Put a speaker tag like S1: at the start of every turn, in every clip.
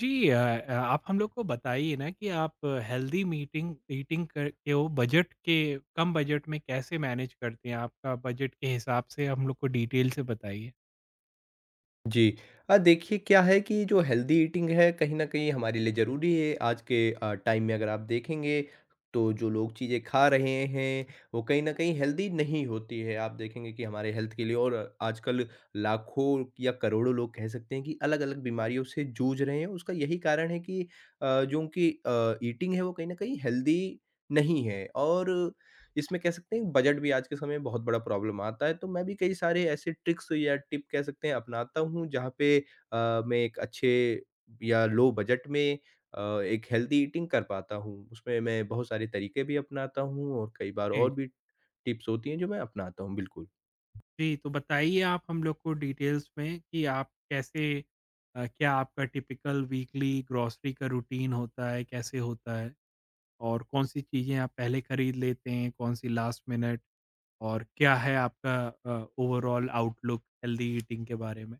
S1: जी। आप हम लोग को बताइए ना कि आप हेल्दी मीटिंग ईटिंग कर के वो बजट के कम बजट में कैसे मैनेज करते हैं? आपका बजट के हिसाब से हम लोग को डिटेल से बताइए।
S2: जी। देखिए क्या है कि जो हेल्दी ईटिंग है कहीं न कहीं हमारे लिए ज़रूरी है। आज के टाइम में अगर आप देखेंगे तो जो लोग चीज़ें खा रहे हैं, वो कहीं न कहीं हेल्दी नहीं होती है। आप देखेंगे कि हमारे हेल्थ के लिए और आजकल लाखों या करोड़ों लोग कह सकते हैं कि अलग-अलग बीमारियों से जूझ रहे हैं। उसका यही कारण है कि जो उनकी ईटिंग है वो कहीं न कहीं हेल्दी नहीं है, और इसमें कह सकते हैं बजट भी आज के समय में बहुत बड़ा प्रॉब्लम आता है। तो मैं भी कई सारे ऐसे ट्रिक्स या टिप कह सकते हैं अपनाता हूँ, जहाँ पे मैं एक अच्छे या लो बजट में एक हेल्दी ईटिंग कर पाता हूँ। उसमें मैं बहुत सारे तरीके भी अपनाता हूँ, और कई बार
S1: जी।
S2: और भी टिप्स होती हैं जो मैं अपनाता हूँ। बिल्कुल।
S1: जी, तो बताइए आप हम लोग को डिटेल्स में कि आप कैसे, क्या आपका टिपिकल वीकली ग्रॉसरी का रूटीन होता है, कैसे होता है? और कौन-सी चीज़ें आप पहले खरीद लेते हैं, कौन-सी लास्ट मिनट, और क्या है आपका ओवरऑल आउटलुक हेल्दी ईटिंग के बारे में?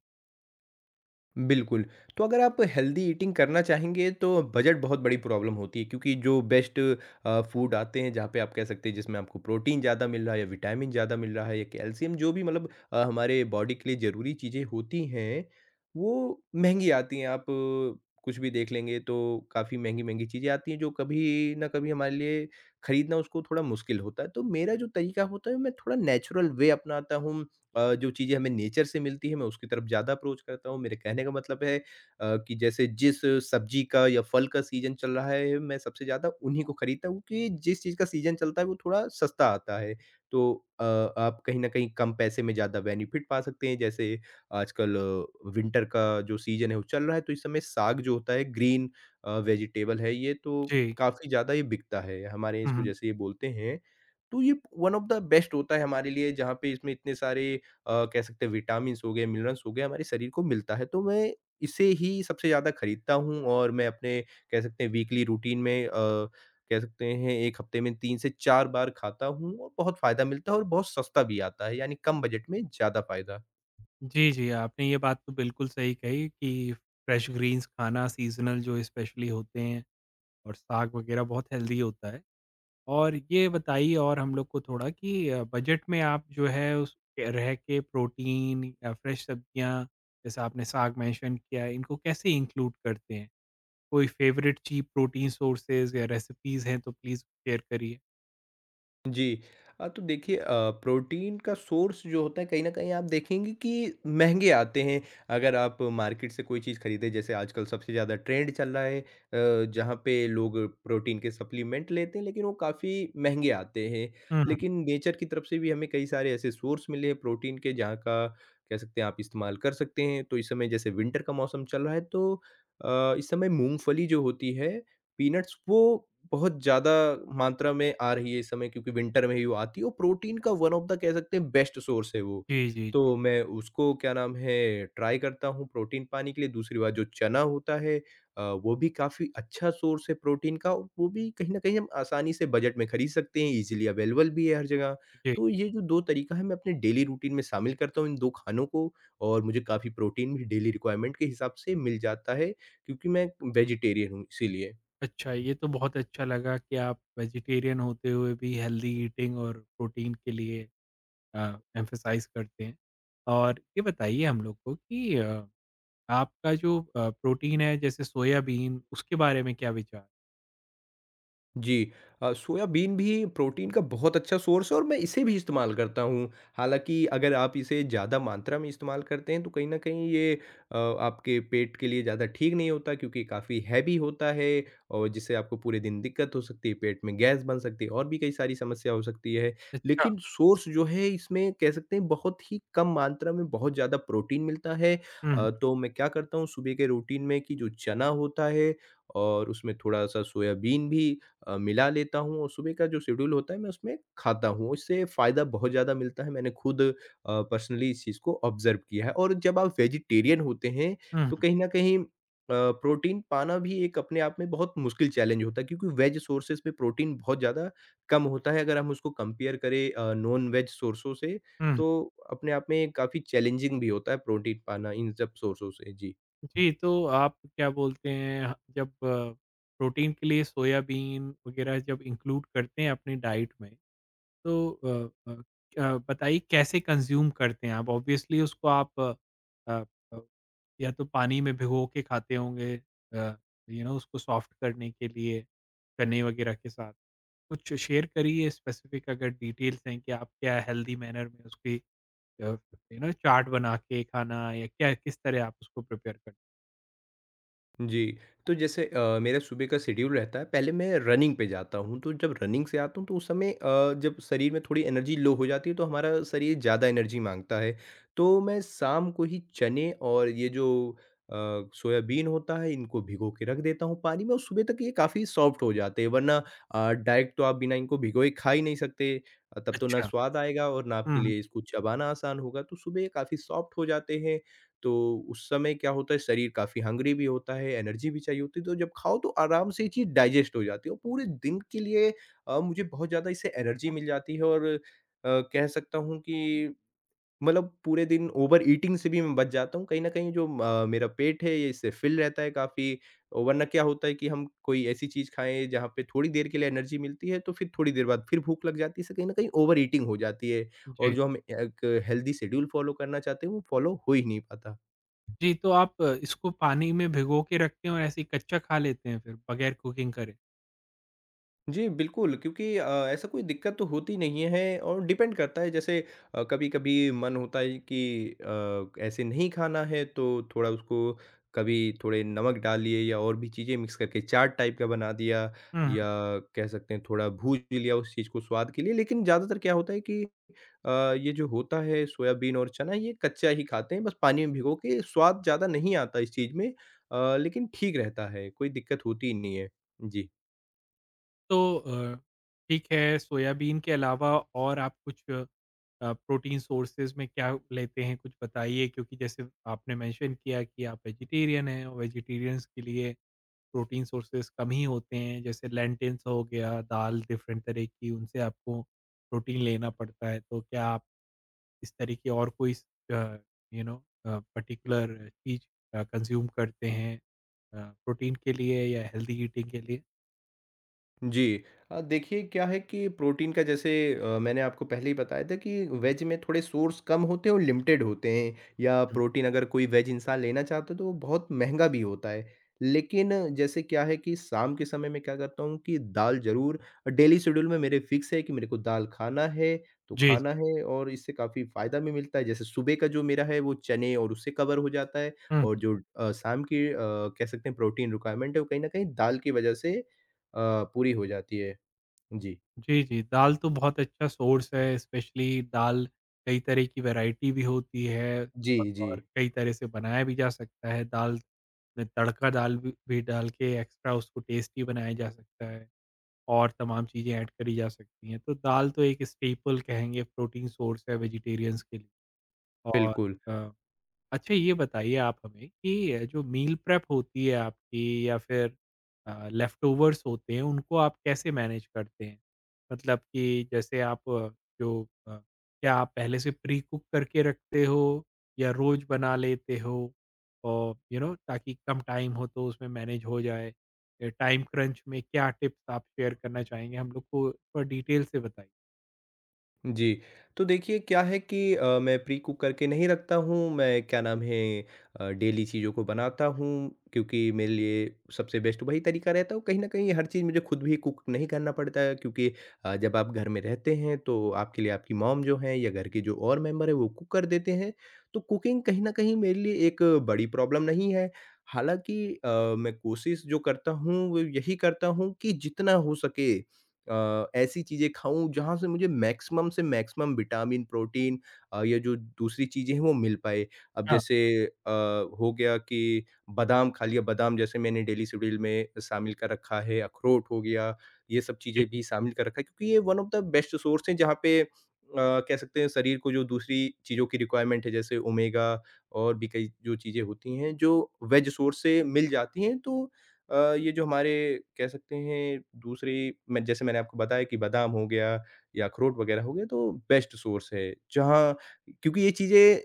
S2: बिल्कुल, तो अगर आप हेल्दी ईटिंग करना चाहेंगे तो बजट बहुत बड़ी प्रॉब्लम होती है, क्योंकि जो बेस्ट फूड आते हैं जहाँ पे आप कह सकते हैं जिसमें आपको प्रोटीन ज़्यादा मिल रहा है या विटामिन ज़्यादा मिल रहा है या कैल्शियम, जो भी मतलब हमारे बॉडी के लिए ज़रूरी चीज़ें होती हैं, वो महँगी आती हैं। आप कुछ भी देख लेंगे तो काफ़ी महँगी-महँगी चीज़ें आती हैं, जो कभी न कभी हमारे लिए खरीदना उसको थोड़ा मुश्किल होता है। तो मेरा जो तरीका होता है, मैं थोड़ा नेचुरल वे अपनाता हूँ। जो चीज़ें हमें नेचर से मिलती है, मैं उसकी तरफ ज़्यादा अप्रोच करता हूँ। मेरे कहने का मतलब है कि जैसे जिस सब्ज़ी का या फल का सीज़न चल रहा है, मैं सबसे ज़्यादा उन्हीं को खरीदता हूँ, क्योंकि जिस चीज़ का सीज़न चलता है, वो थोड़ा सस्ता आता है। तो आप कहीं न कहीं कम पैसे में ज़्यादा बेनिफिट पा सकते हैं। जैसे आजकल विंटर का जो सीज़न है, वो चल रहा है, तो इस समय साग जो होता है, ग्रीन वेजिटेबल है ये, तो
S1: जी।
S2: काफ़ी ज़्यादा ये बिकता है। हमारे यहाँ इसको जैसे ये बोलते हैं, तो ये वन ऑफ़ द बेस्ट होता है हमारे लिए, जहाँ पे इसमें इतने सारे कह सकते हैं विटामिन्स हो गए, मिनरल्स हो गए, हमारे शरीर को मिलता है। तो मैं इसे ही सबसे ज़्यादा खरीदता हूँ, और मैं अपने कह सकते हैं वीकली रूटीन में कह सकते हैं 1 हफ्ते में 3 से 4 बार खाता हूँ, और बहुत फ़ायदा मिलता है और बहुत सस्ता भी आता है, यानी कम बजट में ज़्यादा फ़ायदा।
S1: जी, जी, आपने ये बात तो बिल्कुल सही कही कि फ्रेश ग्रीन्स खाना सीज़नल जो स्पेशली होते हैं और साग वग़ैरह बहुत हेल्दी होता है। और ये बताइए और हम लोग को थोड़ा कि बजट में आप जो है रह के प्रोटीन या फ्रेश सब्जियाँ, जैसे आपने साग मेंशन किया है, इनको कैसे इंक्लूड करते हैं? कोई फेवरेट चीप प्रोटीन सोर्सेज़ या रेसिपीज़ हैं तो प्लीज़ शेयर करिए?
S2: जी। तो देखिए, प्रोटीन का सोर्स जो होता है कहीं न कहीं आप देखेंगे कि महँगे आते हैं। अगर आप मार्केट से कोई चीज़ खरीदें, जैसे आजकल सबसे ज़्यादा ट्रेंड चल रहा है जहाँ पे लोग प्रोटीन के सप्लीमेंट लेते हैं, लेकिन वो काफ़ी महँगे आते हैं।
S1: हुँ, हुँ।
S2: लेकिन नेचर की तरफ से भी हमें कई सारे ऐसे सोर्स मिले हैं प्रोटीन के, जहाँ का कह सकते हैं आप इस्तेमाल कर सकते हैं। तो इस समय जैसे विंटर का मौसम चल रहा है, तो इस समय मूँगफली जो होती है, पीनट्स, वो बहुत ज़्यादा मात्रा में आ रही है इस समय, क्योंकि विंटर में ही वो आती है, और प्रोटीन का वन ऑफ द कह सकते हैं बेस्ट सोर्स है वो।
S1: जी, जी,
S2: तो मैं उसको क्या नाम है ट्राई करता हूँ प्रोटीन पाने के लिए। दूसरी बात, जो चना होता है वो भी काफ़ी अच्छा सोर्स है प्रोटीन का, और वो भी कहीं न कहीं हम आसानी से बजट में खरीद सकते हैं, ईज़िली अवेलेबल भी है हर जगह।
S1: जी।
S2: तो ये जो 2 तरीका है, मैं अपने डेली रूटीन में शामिल करता हूँ इन 2 खानों को, और मुझे काफ़ी प्रोटीन भी डेली रिक्वायरमेंट के हिसाब से मिल जाता है, क्योंकि मैं वेजिटेरियन हूँ इसीलिए।
S1: अच्छा, ये तो बहुत अच्छा लगा कि आप वेजिटेरियन होते हुए भी हेल्दी ईटिंग और प्रोटीन के लिए एम्फसाइज़ करते हैं। और ये बताइए हम लोग को कि आपका जो प्रोटीन है, जैसे सोयाबीन, उसके बारे में क्या विचार?
S2: जी। सोयाबीन भी प्रोटीन का बहुत अच्छा सोर्स है, और मैं इसे भी इस्तेमाल करता हूँ। हालाँकि अगर आप इसे ज़्यादा मात्रा में इस्तेमाल करते हैं, तो कहीं न कहीं ये आपके पेट के लिए ज़्यादा ठीक नहीं होता, क्योंकि काफ़ी हैवी होता है, और जिससे आपको पूरे दिन दिक्कत हो सकती है, पेट में गैस बन सकती है, और भी कई सारी समस्या हो सकती है।
S1: अच्छा।
S2: लेकिन सोर्स जो है इसमें कह सकते हैं बहुत ही कम मात्रा में बहुत ज़्यादा प्रोटीन मिलता है।
S1: हुँ,
S2: तो मैं क्या करता हूँ सुबह के रूटीन में कि जो चना होता है और उसमें थोड़ा-सा सोयाबीन भी मिला लेता हूँ, और सुबह का जो शेड्यूल होता है मैं उसमें खाता हूँ। इससे फ़ायदा बहुत ज़्यादा मिलता है, मैंने खुद पर्सनली इस चीज़ को ऑब्ज़र्व किया है। और जब आप वेजिटेरियन होते हैं,
S1: हुँ,
S2: तो कहीं न कहीं प्रोटीन पाना भी एक अपने आप में बहुत मुश्किल चैलेंज होता है, क्योंकि वेज सोर्सेज़ में प्रोटीन बहुत ज़्यादा कम होता है। अगर हम उसको कंपेयर करें नॉन वेज सोर्सों से,
S1: हुँ।
S2: तो अपने आप में काफ़ी चैलेंजिंग भी होता है प्रोटीन पाना इन सब सोर्सों से। जी।
S1: जी, तो आप क्या बोलते हैं जब प्रोटीन के लिए सोयाबीन वग़ैरह जब इंक्लूड करते हैं अपनी डाइट में, तो बताइए कैसे कंज़्यूम करते हैं आप? ऑब्वियसली उसको आप अ, अ, या तो पानी में भिगो के खाते होंगे, अ, उसको सॉफ्ट करने के लिए, चने वग़ैरह के साथ। कुछ शेयर करिए स्पेसिफ़िक अगर डिटेल्स हैं कि आप क्या हेल्दी मैनर में उसकी, अ, चाट बना के खाना या क्या किस तरह आप उसको प्रिपेयर कर।
S2: जी, तो जैसे मेरा सुबह का शेड्यूल रहता है, पहले मैं रनिंग पे जाता हूँ, तो जब रनिंग से आता हूँ तो उस समय जब शरीर में थोड़ी एनर्जी लो हो जाती है, तो हमारा शरीर ज़्यादा एनर्जी माँगता है। तो मैं शाम को ही चने और ये जो अ, सोयाबीन होता है इनको भिगो के रख देता हूँ पानी में, और सुबह तक ये काफ़ी सॉफ्ट हो जाते हैं, वरना डायरेक्ट तो आप बिना इनको भिगोए खा ही नहीं सकते। तब तो ना
S1: अच्छा।
S2: स्वाद आएगा और ना
S1: हुँ,
S2: आपके
S1: हुँ।
S2: लिए इसको चबाना आसान होगा, तो सुबह ये काफ़ी सॉफ्ट हो जाते हैं। तो उस समय क्या होता है, शरीर काफ़ी हंग्री भी होता है, एनर्जी भी चाहिए होती है, तो जब खाओ तो आराम से ये चीज़ डाइजेस्ट हो जाती है, और पूरे दिन के लिए मुझे बहुत ज़्यादा इससे एनर्जी मिल जाती है, और कह सकता हूँ कि मतलब पूरे दिन ओवर ईटिंग से भी मैं बच जाता हूँ। कहीं न कहीं जो मेरा पेट है ये इससे फ़िल रहता है काफ़ी, और वरना क्या होता है कि हम कोई ऐसी चीज़ खाएँ जहाँ पे थोड़ी देर के लिए एनर्जी मिलती है, तो फिर थोड़ी देर बाद फिर भूख लग जाती है, इससे कहीं न कहीं ओवर ईटिंग हो जाती है, और
S1: जी।
S2: जो हम एक हेल्दी शेड्यूल फ़ॉलो करना चाहते हैं वो फ़ॉलो हो ही नहीं पाता।
S1: जी, तो आप इसको पानी में भिगो के रखते हैं और ऐसे ही कच्चा खा लेते हैं फिर बगैर कुकिंग करे?
S2: जी, बिल्कुल, क्योंकि ऐसा कोई दिक्कत तो होती नहीं है, और डिपेंड करता है, जैसे कभी-कभी मन होता है कि ऐसे नहीं खाना है, तो थोड़ा उसको कभी थोड़े नमक डालिए या और भी चीज़ें मिक्स करके चाट टाइप का बना दिया,
S1: हुँ, हुँ।
S2: या कह सकते हैं थोड़ा भूज भी लिया उस चीज़ को स्वाद के लिए। लेकिन ज़्यादातर क्या होता है कि ये जो होता है सोयाबीन और चना, ये कच्चा ही खाते हैं बस पानी में भिगो के। स्वाद ज़्यादा नहीं आता इस चीज़ में, लेकिन ठीक रहता है, कोई दिक्कत होती ही नहीं है। जी।
S1: तो ठीक है, सोयाबीन के अलावा और आप कुछ प्रोटीन सोर्सेज़ में क्या लेते हैं, कुछ बताइए? क्योंकि जैसे आपने मेंशन किया कि आप वेजिटेरियन हैं, और वेजिटेरियंस के लिए प्रोटीन सोर्सेज़ कम ही होते हैं, जैसे लेंटिल्स हो गया, दाल डिफरेंट तरह की, उनसे आपको प्रोटीन लेना पड़ता है। तो क्या आप इस तरह की और कोई स uh, you know uh, particular चीज़ कंज़्यूम करते हैं अ, प्रोटीन के लिए या हेल्दी ईटिंग के लिए?
S2: जी। देखिए क्या है कि प्रोटीन का जैसे मैंने आपको पहले ही बताया था कि वेज में थोड़े सोर्स कम होते हैं और लिमिटेड होते हैं, या
S1: हुँ।
S2: प्रोटीन अगर कोई वेज इंसान लेना चाहता है, तो वो बहुत महँगा भी होता है। लेकिन जैसे क्या है कि शाम के समय में क्या करता हूँ कि दाल ज़रूर डेली शेड्यूल में मेरे फ़िक्स है कि मेरे को दाल खाना है, तो
S1: जी,
S2: खाना
S1: जी।
S2: है, और इससे काफ़ी फ़ायदा भी मिलता है। जैसे सुबह का जो मेरा है वो चने और उससे कवर हो जाता है,
S1: हुँ।
S2: और जो शाम की कह सकते हैं प्रोटीन रिक्वायरमेंट है वो कहीं न कहीं दाल की वज़ह से पूरी हो जाती है। जी।
S1: जी, जी। दाल तो बहुत अच्छा सोर्स है, स्पेशली दाल कई तरह की वैरायटी भी होती है, औ
S2: जी, जी।
S1: और कई तरह से बनाया भी जा सकता है। दाल में तड़का दाल भी डाल के एक्स्ट्रा उसको टेस्टी बनाया जा सकता है और तमाम चीज़ें ऐड करी जा सकती हैं। तो दाल तो एक स्टेपल कहेंगे, प्रोटीन सोर्स है वेजिटेरियंस के लिए। और
S2: बिल्कुल।
S1: अ अच्छा, ये बताइए आप हमें कि जो मील प्रेप होती है आपकी या फिर लेफ्ट ओवर्स होते हैं, उनको आप कैसे मैनेज करते हैं? मतलब कि जैसे आप, क्या आप पहले से प्री कुक करके रखते हो या रोज़ बना लेते हो? और ताकि कम टाइम हो तो उसमें मैनेज हो जाए। टाइम क्रंच में क्या टिप्स आप शेयर करना चाहेंगे हम लोग को? थोड़ा डिटेल से बताइए।
S2: जी, तो देखिए क्या है कि मैं प्री-कुक करके नहीं रखता हूँ, मैं क्या नाम है डेली चीज़ों को बनाता हूँ, क्योंकि मेरे लिए सबसे बेस्ट वही तरीका रहता है, और कहीं न कहीं हर चीज़ मुझे खुद भी कुक नहीं करना पड़ता है, क्योंकि जब आप घर में रहते हैं तो आपके लिए आपकी मॉम जो हैं या घर के जो और मेंबर हैं वो कुक कर देते हैं, तो कुकिंग कहीं न कहीं मेरे लिए एक बड़ी प्रॉब्लम नहीं है। हालाँकि अ, मैं कोशिश जो करता हूँ वो यही करता हूँ कि जितना हो सके ऐसी चीज़ें खाऊँ जहाँ से मुझे मैक्सिमम से मैक्सिमम विटामिन, प्रोटीन, ये जो दूसरी चीज़ें हैं वो मिल पाए। अब
S1: हाँ,
S2: जैसे अ, हो गया कि बादाम खा लिया, बादाम जैसे मैंने डेली शेड्यूल में शामिल कर रखा है, अखरोट हो गया, ये सब
S1: जी,
S2: चीज़ें भी शामिल कर रखा है, क्योंकि ये one of the best source हैं, जहाँ पे कह सकते हैं शरीर को जो दूसरी चीज़ों की रिक्वायरमेंट है, जैसे ओमेगा और भी कई जो चीज़ें होती हैं जो वेज सोर्स से मिल जाती हैं। तो ये जो हमारे कह सकते हैं दूसरी, मैं जैसे मैंने आपको बताया कि बादाम हो गया या अखरोट वगैरह हो गया तो बेस्ट सोर्स है। जहाँ क्योंकि ये चीज़ें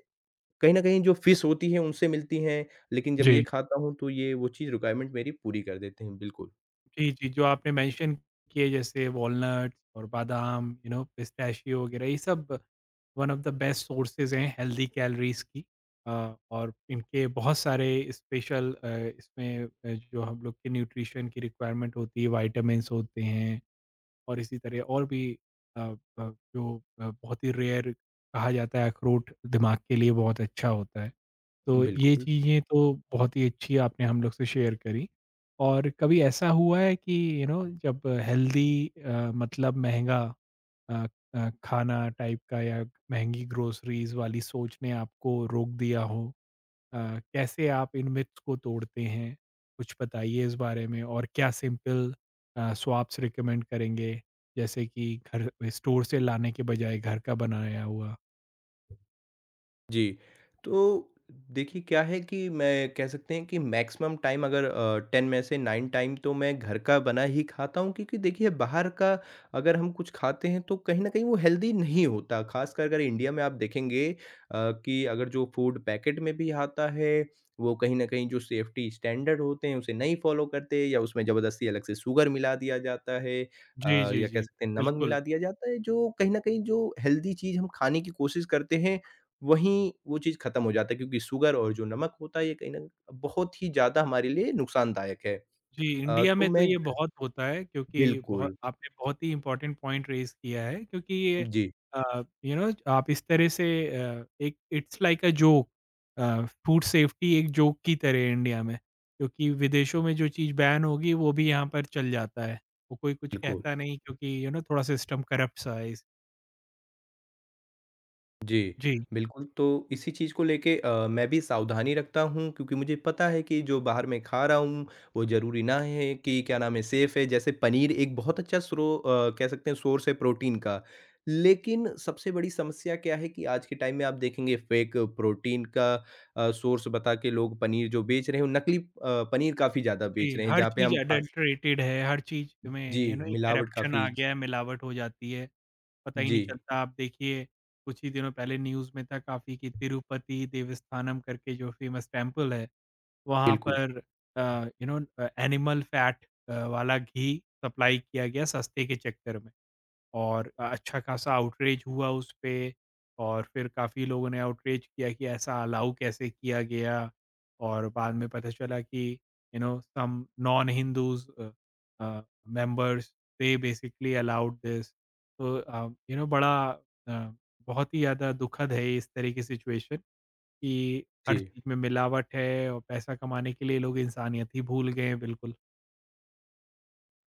S2: कहीं न कहीं जो फ़िश होती हैं उनसे मिलती हैं, लेकिन जब ये
S1: जी।
S2: खाता हूँ तो ये वो चीज़ रिक्वायरमेंट मेरी पूरी कर देते हैं। बिल्कुल।
S1: जी, जी, जो आपने मेंशन किए जैसे वॉलनट्स और बादाम, पिस्ताशियो वगैरह ये सब one of the best sources हैं हेल्दी कैलोरीज़ की। अ, और इनके बहुत सारे स्पेशल, इसमें अ, जो हम लोग के न्यूट्रिशन की रिक्वायरमेंट होती है, विटामिन्स होते हैं, और इसी तरह और भी, अ अ, बहुत ही रेयर कहा जाता है अखरोट दिमाग के लिए बहुत अच्छा होता है। तो ये
S2: बिल्कुल।
S1: चीज़ें तो बहुत ही अच्छी आपने हम लोग से शेयर करी। और कभी ऐसा हुआ है कि, जब हेल्दी, मतलब महँगा अ खाना टाइप का या महँगी ग्रोसरीज़ वाली सोच ने आपको रोक दिया हो? अ, कैसे आप इन मिथ्स को तोड़ते हैं? कुछ बताइए इस बारे में, और क्या सिंपल स्वैप्स रिकमेंड करेंगे? जैसे कि घर स्टोर से लाने के बजाय घर का बनाया हुआ?
S2: जी, तो देखिए क्या है कि मैं कह सकते हैं कि मैक्सिमम टाइम अगर 10 में से 9 टाइम तो मैं घर का बना ही खाता हूँ, क्योंकि देखिए बाहर का अगर हम कुछ खाते हैं तो कहीं न कहीं वो हेल्दी नहीं होता। ख़ासकर अगर इंडिया में आप देखेंगे कि अगर जो फूड पैकेट में भी आता है, वो कहीं न कहीं जो सेफ्टी स्टैंडर्ड होते हैं उसे नहीं फ़ॉलो करते, या उसमें ज़बरदस्ती अलग से शुगर मिला दिया जाता है
S1: जी, जी,
S2: या कह
S1: जी।
S2: सकते हैं नमक
S1: बिल्कुल।
S2: मिला दिया जाता है, जो कहीं न कहीं जो हेल्दी चीज़ हम खाने की कोशिश करते हैं वहीं वो चीज़ ख़त्म हो जाता है, क्योंकि शुगर और जो नमक होता है ये कहीं न बहुत ही ज़्यादा हमारे लिए नुकसानदायक है।
S1: जी,
S2: अ,
S1: इंडिया में
S2: तो
S1: तो
S2: मैं
S1: ये
S2: घ
S1: बहुत होता है, क्योंकि बहुत
S2: बिल्कुल।
S1: आपने बहुत ही इम्पोर्टेंट पॉइंट रेज़ किया है, क्योंकि ये,
S2: जी,
S1: आप इस तरह से, एक it's like a joke, food safety एक जोक की तरह है इंडिया में, क्योंकि विदेशों में जो चीज़ बैन होगी वो भी यहाँ पर चल जाता है। वो कोई कुछ
S2: बिल्कुल।
S1: कहता नहीं, क्योंकि थोड़ा सिस्टम करप्ट सा है इस।
S2: जी,
S1: जी।
S2: बिल्कुल, तो इसी चीज़ को लेके मैं भी सावधानी रखता हूँ, क्योंकि मुझे पता है कि जो बाहर मैं खा रहा हूँ, वो ज़रूरी ना है कि क्या नाम है, सेफ़ है। जैसे पनीर एक बहुत अच्छा कह सकते हैं सोर्स है प्रोटीन का। लेकिन सबसे बड़ी समस्या क्या है कि आज के टाइम में आप देखेंगे फ़ेक प्रोटीन का सोर्स बता के लोग पनीर जो बेच रहे हैं, वो नकली पनीर काफ़ी ज़्यादा बेच
S1: जी,
S2: रहे हैं,
S1: हर
S2: जहाँ पे
S1: चीज़
S2: हम खा।
S1: एडल्टरेटेड है, हर चीज़ में
S2: जी,
S1: एक
S2: मिलावट
S1: करप्शन
S2: काफ़ी।
S1: आ गया है, मिलावट हो जाती है, पता ही
S2: जी,
S1: नहीं चलता। आप देखिए, कुछ ही दिनों पहले न्यूज़ में था काफ़ी कि तिरुपति देवस्थानम करके जो फेमस टेंपल है, वहाँ
S2: बिल्कुल।
S1: पर uh, you know animal fat वाला घी सप्लाई किया गया सस्ते के चक्कर में। और अच्छा खासा आउटरीच हुआ उस पे, और फिर काफ़ी लोगों ने आउटरीच किया कि ऐसा अलाउ कैसे किया गया, और बाद में पता चला कि, some non Hindus members they basically allowed this. तो, बड़ा, अ, बहुत ही ज़्यादा दुखद है इस तरह की सिचुएशन कि
S2: जी।
S1: हर चीज़ में मिलावट है और पैसा कमाने के लिए लोग इंसानियत ही भूल गए हैं। बिल्कुल।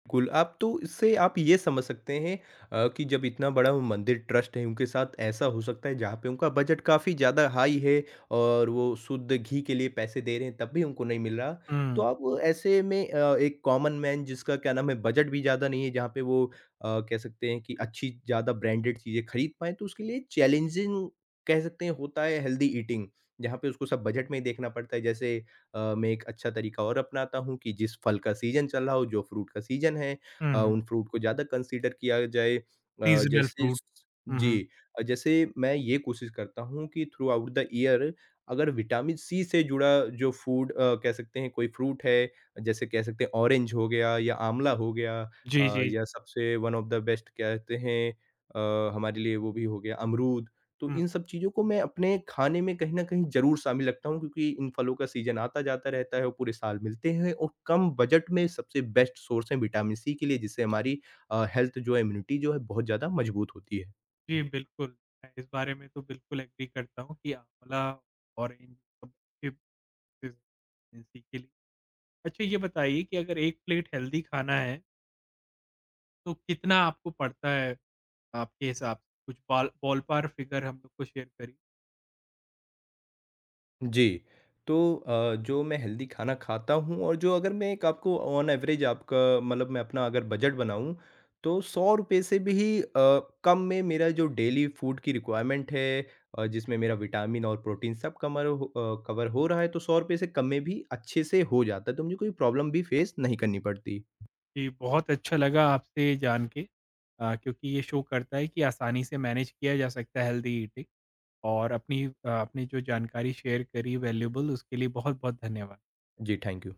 S2: बिल्कुल, आप तो इससे आप ये समझ सकते हैं कि जब इतना बड़ा वो मंदिर ट्रस्ट है उनके साथ ऐसा हो सकता है, जहाँ पे उनका बजट काफ़ी ज़्यादा हाई है और वो शुद्ध घी के लिए पैसे दे रहे हैं तब भी उनको नहीं मिल रहा। तो
S1: हुँ,
S2: आप ऐसे में एक कॉमन मैन जिसका क्या नाम है बजट भी ज़्यादा नहीं है, जहाँ पे वो कह सकते हैं कि अच्छी ज़्यादा ब्रांडेड चीज़ें खरीद पाएँ, तो उसके लिए चैलेंजिंग कह सकते हैं होता है हेल्दी ईटिंग, जहाँ पे उसको सब बजट में ही देखना पड़ता है। जैसे मैं एक अच्छा तरीका और अपनाता हूँ कि जिस फल का सीज़न चल रहा हो, जो फ्रूट का सीज़न है
S1: हुँ, हुँ।
S2: उन फ्रूट को ज़्यादा कंसीडर किया जाए। अ,
S1: सीज़नल
S2: जैसे
S1: फ्रूट। हुँ,
S2: जी।
S1: हुँ।
S2: जैसे मैं ये कोशिश करता हूँ कि थ्रू आउट द ईयर अगर विटामिन सी से जुड़ा जो फूड कह सकते हैं कोई फ्रूट है, जैसे कह सकते हैं ऑरेंज हो गया या आँवला हो गया
S1: जी, जी।
S2: या सबसे वन ऑफ द बेस्ट कहते हैं हमारे लिए वो भी हो गया अमरूद। तो
S1: हुँ।
S2: इन सब चीज़ों को मैं अपने खाने में कहीं न कहीं ज़रूर शामिल रखता हूँ, क्योंकि इन फलों का सीज़न आता-जाता रहता है और पूरे साल मिलते हैं, और कम बजट में सबसे बेस्ट सोर्स है विटामिन सी के लिए, जिससे हमारी हेल्थ जो है, इम्यूनिटी जो है, बहुत ज़्यादा मजबूत होती है।
S1: जी, बिल्कुल। मैं इस बारे में तो बिल्कुल एग्री करता हूँ कि आँवला, ऑरेंज सब अच्छी के लिए। अच्छा, ये बताइए कि अगर 1 प्लेट हेल्दी खाना है, तो कितना आपको पड़ता है आपके हिसाब से? कुछ बॉलपार फिगर हम लोग को शेयर करिए।
S2: जी। तो जो मैं हेल्दी खाना खाता हूँ, और जो अगर मैं एक आपको ऑन एवरेज आपका मतलब मैं अपना अगर बजट बनाऊँ, तो ₹100 से भी कम में मेरा जो डेली फूड की रिक्वायरमेंट है जिसमें मेरा विटामिन और प्रोटीन सब कवर हो रहा है, तो ₹100 से कम में भी अच्छे से हो जाता है, तो मुझे कोई प्रॉब्लम भी फेस नहीं करनी पड़ती।
S1: जी, बहुत अच्छा लगा आपसे जान के, क्योंकि ये शो करता है कि आसानी से मैनेज किया जा सकता है हेल्दी ईटिंग, और अपनी, आपने जो जानकारी शेयर करी वैल्यूएबल, उसके लिए बहुत-बहुत धन्यवाद।
S2: जी, थैंक यू।